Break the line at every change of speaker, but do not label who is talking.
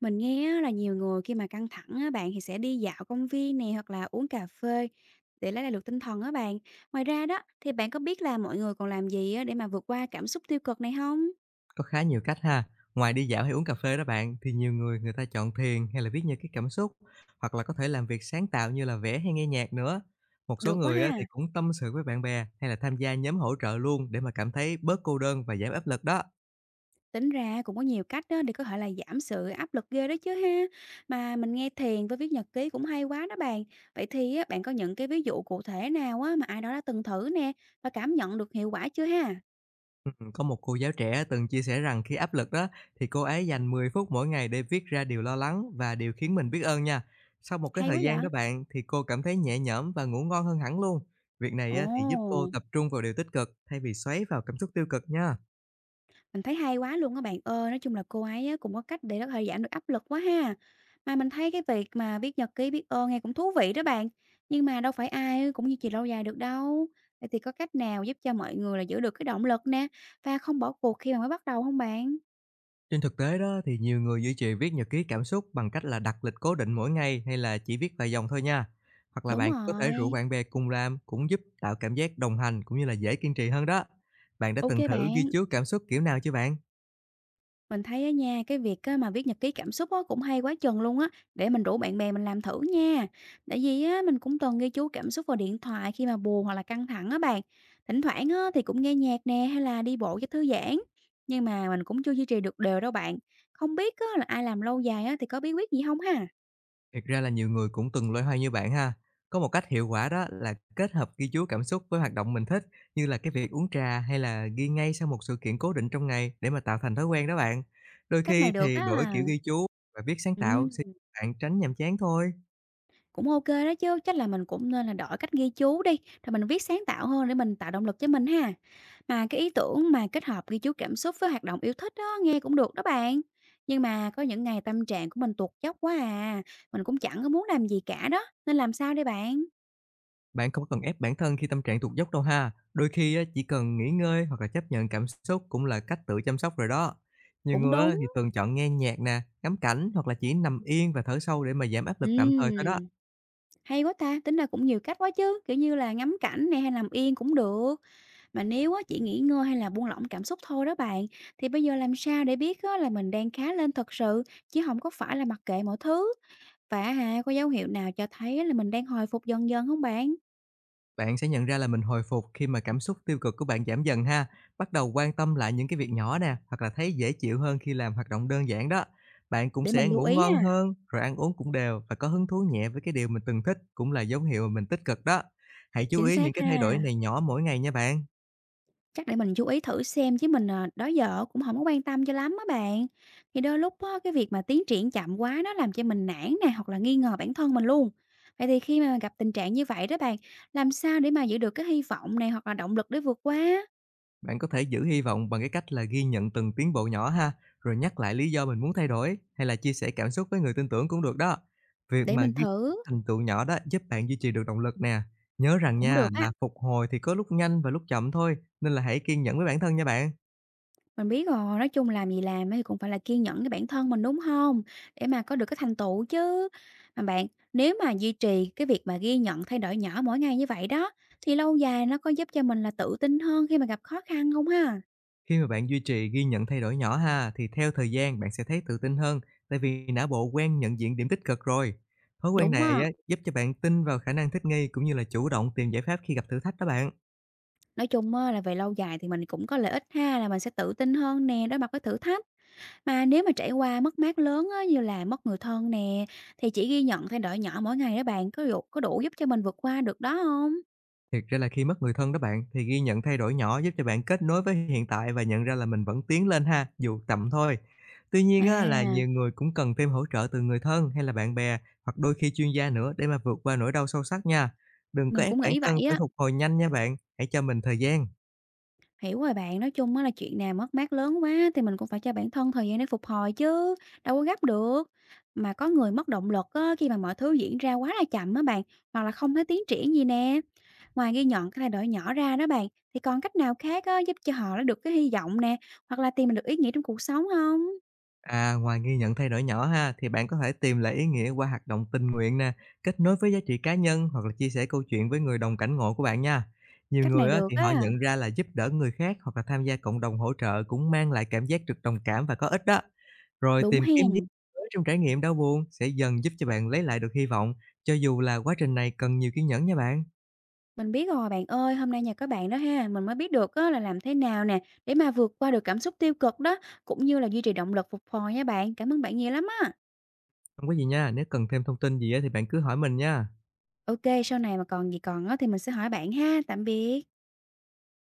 Mình nghe á là nhiều người khi mà căng thẳng á bạn, thì sẽ đi dạo công viên này hoặc là uống cà phê để lấy lại được tinh thần á bạn. Ngoài ra đó, thì bạn có biết là mọi người còn làm gì á để mà vượt qua cảm xúc tiêu cực này không?
Có khá nhiều cách ha. Ngoài đi dạo hay uống cà phê đó bạn, thì nhiều người người ta chọn thiền hay là viết nhật ký cảm xúc, hoặc là có thể làm việc sáng tạo như là vẽ hay nghe nhạc nữa. Một số
Được quá
người á, thì
ha!
cũng tâm sự với bạn bè hay là tham gia nhóm hỗ trợ luôn để mà cảm thấy bớt cô đơn và giảm áp lực đó.
Tính ra cũng có nhiều cách đó để có thể là giảm sự áp lực ghê đó chứ ha. Mà mình nghe thiền với viết nhật ký cũng hay quá đó bạn. Vậy thì á, bạn có những cái ví dụ cụ thể nào á mà ai đó đã từng thử nè, và cảm nhận được hiệu quả chưa ha?
Có một cô giáo trẻ từng chia sẻ rằng khi áp lực đó, thì cô ấy dành 10 phút mỗi ngày để viết ra điều lo lắng và điều khiến mình biết ơn nha. Sau một cái
Hay quá
thời gian
vậy!
đó bạn, thì cô cảm thấy nhẹ nhõm và ngủ ngon hơn hẳn luôn. Việc này á, thì giúp cô
Ồ!
tập trung vào điều tích cực thay vì xoáy vào cảm xúc tiêu cực nha.
Mình thấy hay quá luôn á bạn ơi, nói chung là cô ấy á cũng có cách để có thể giảm được áp lực quá ha. Mà mình thấy cái việc mà viết nhật ký biết ơn nghe cũng thú vị đó bạn, nhưng mà đâu phải ai cũng duy trì lâu dài được đâu. Vậy thì có cách nào giúp cho mọi người là giữ được cái động lực nè và không bỏ cuộc khi mà mới bắt đầu không bạn?
Trên thực tế đó, thì nhiều người duy trì viết nhật ký cảm xúc bằng cách là đặt lịch cố định mỗi ngày hay là chỉ viết vài dòng thôi nha. Hoặc là
Đúng
bạn có thể rủ
rồi.
bạn bè cùng làm cũng giúp tạo cảm giác đồng hành cũng như là dễ kiên trì hơn đó. Bạn đã từng
OK
thử ghi
bạn.
chú cảm xúc kiểu nào chưa bạn?
Mình thấy á nha, cái việc á mà viết nhật ký cảm xúc á cũng hay quá chừng luôn á, để mình rủ bạn bè mình làm thử nha. Tại vì á mình cũng từng ghi chú cảm xúc vào điện thoại khi mà buồn hoặc là căng thẳng á bạn. Thỉnh thoảng á thì cũng nghe nhạc nè hay là đi bộ cho thư giãn. Nhưng mà mình cũng chưa duy trì được đều đâu bạn. Không biết á là ai làm lâu dài á thì có bí quyết gì không ha?
Thực ra là nhiều người cũng từng loay hoay như bạn ha. Có một cách hiệu quả đó là kết hợp ghi chú cảm xúc với hoạt động mình thích, như là cái việc uống trà hay là ghi ngay sau một sự kiện cố định trong ngày để mà tạo thành thói quen đó bạn. Đôi
Cách
khi
này được
thì
á.
đổi kiểu ghi chú và viết sáng tạo sẽ
Ừ.
giúp bạn tránh nhàm chán thôi.
Cũng OK đó chứ, chắc là mình cũng nên là đổi cách ghi chú đi, rồi mình viết sáng tạo hơn để mình tạo động lực cho mình ha. Mà cái ý tưởng mà kết hợp ghi chú cảm xúc với hoạt động yêu thích đó nghe cũng được đó bạn. Nhưng mà có những ngày tâm trạng của mình tuột dốc quá à, mình cũng chẳng có muốn làm gì cả đó, nên làm sao đây bạn?
Bạn không cần ép bản thân khi tâm trạng tụt dốc đâu ha. Đôi khi á, chỉ cần nghỉ ngơi hoặc là chấp nhận cảm xúc cũng là cách tự chăm sóc rồi đó. Nhiều
Cũng
người á,
đúng.
thì thường chọn nghe nhạc nè, ngắm cảnh hoặc là chỉ nằm yên và thở sâu để mà giảm áp lực tạm thời thôi đó.
Ừm, Hay quá ta, tính ra cũng nhiều cách quá chứ, kiểu như là ngắm cảnh này hay làm yên cũng được. Mà nếu á chỉ nghỉ ngơi hay là buông lỏng cảm xúc thôi đó bạn, thì bây giờ làm sao để biết á là mình đang khá lên thật sự, chứ không có phải là mặc kệ mọi thứ? Và á có dấu hiệu nào cho thấy là mình đang hồi phục dần dần không bạn?
Bạn sẽ nhận ra là mình hồi phục khi mà cảm xúc tiêu cực của bạn giảm dần ha, bắt đầu quan tâm lại những cái việc nhỏ nè, hoặc là thấy dễ chịu hơn khi làm hoạt động đơn giản đó. Bạn cũng
Để mình
sẽ
lưu
ngủ
ý
ngon
ha.
hơn, rồi ăn uống cũng đều và có hứng thú nhẹ với cái điều mình từng thích cũng là dấu hiệu mà mình tích cực đó. Hãy chú
Chính
ý những
xác
cái thay đổi
ha.
này nhỏ mỗi ngày nha bạn.
Chắc để mình chú ý thử xem chứ mình, đó giờ cũng không có quan tâm cho lắm á bạn. Thì đôi lúc á, cái việc mà tiến triển chậm quá nó làm cho mình nản nè, hoặc là nghi ngờ bản thân mình luôn. Vậy thì khi mà gặp tình trạng như vậy đó bạn, làm sao để mà giữ được cái hy vọng này hoặc là động lực để vượt qua?
Bạn có thể giữ hy vọng bằng cái cách là ghi nhận từng tiến bộ nhỏ ha, rồi nhắc lại lý do mình muốn thay đổi hay là chia sẻ cảm xúc với người tin tưởng cũng được đó. Việc
Để
mà
mình
ghi
thử.
thành tựu nhỏ đó giúp bạn duy trì được động lực nè. Nhớ rằng
Cũng
nha
được á,
Là phục hồi thì có lúc nhanh và lúc chậm thôi, nên là hãy kiên nhẫn với bản thân nha bạn.
mình biết rồi, nói chung làm gì làm á thì cũng phải là kiên nhẫn với bản thân mình, đúng không? Để mà có được cái thành tựu chứ. Mà bạn, nếu mà duy trì cái việc mà ghi nhận thay đổi nhỏ mỗi ngày như vậy đó, thì lâu dài nó có giúp cho mình là tự tin hơn khi mà gặp khó khăn không ha?
Khi mà bạn duy trì ghi nhận thay đổi nhỏ ha, thì theo thời gian bạn sẽ thấy tự tin hơn, tại vì não bộ quen nhận diện điểm tích cực rồi. Thói quen
Đúng
này
á.
á, giúp cho bạn tin vào khả năng thích nghi cũng như là chủ động tìm giải pháp khi gặp thử thách đó bạn.
Nói chung á là về lâu dài thì mình cũng có lợi ích ha, là mình sẽ tự tin hơn nè, đối mặt với thử thách. Mà nếu mà trải qua mất mát lớn á, như là mất người thân nè, thì chỉ ghi nhận thay đổi nhỏ mỗi ngày đó bạn, có đủ giúp cho mình vượt qua được đó không?
Thiệt ra là khi mất người thân đó bạn, thì ghi nhận thay đổi nhỏ giúp cho bạn kết nối với hiện tại và nhận ra là mình vẫn tiến lên ha, dù chậm thôi. Tuy nhiên á, là
À.
nhiều người cũng cần thêm hỗ trợ từ người thân hay là bạn bè, hoặc đôi khi chuyên gia nữa để mà vượt qua nỗi đau sâu sắc nha. Đừng có
Mình
ép
cũng
bản
nghĩ
thân
vậy
phải
á.
phục hồi nhanh nha bạn, hãy cho mình thời gian.
Hiểu rồi bạn, nói chung á là chuyện nào mất mát lớn quá thì mình cũng phải cho bản thân thời gian để phục hồi chứ, đâu có gấp được. Mà có người mất động lực á, khi mà mọi thứ diễn ra quá là chậm á bạn, hoặc là không thấy tiến triển gì nè. Ngoài ghi nhận cái thay đổi nhỏ ra đó bạn, thì còn cách nào khác á, giúp cho họ được cái hy vọng nè, hoặc là tìm được ý nghĩa trong cuộc sống không?
À, ngoài ghi nhận thay đổi nhỏ ha, thì bạn có thể tìm lại ý nghĩa qua hoạt động tình nguyện nè, kết nối với giá trị cá nhân hoặc là chia sẻ câu chuyện với người đồng cảnh ngộ của bạn nha. Nhiều
Cách này
người á,
được
thì họ
á,
nhận ra là giúp đỡ người khác hoặc là tham gia cộng đồng hỗ trợ cũng mang lại cảm giác được đồng cảm và có ích đó. Rồi
đúng
tìm kiếm ý nghĩa
hen.
mới trong trải nghiệm đau buồn sẽ dần giúp cho bạn lấy lại được hy vọng, cho dù là quá trình này cần nhiều kiên nhẫn nha bạn.
Mình biết rồi bạn ơi, hôm nay nhờ các bạn đó ha, mình mới biết được á là làm thế nào nè để mà vượt qua được cảm xúc tiêu cực đó, cũng như là duy trì động lực phục hồi nha bạn. Cảm ơn bạn nhiều lắm á.
Không có gì nha, nếu cần thêm thông tin gì á, thì bạn cứ hỏi mình nha.
OK, sau này mà còn gì còn á thì mình sẽ hỏi bạn ha. Tạm biệt.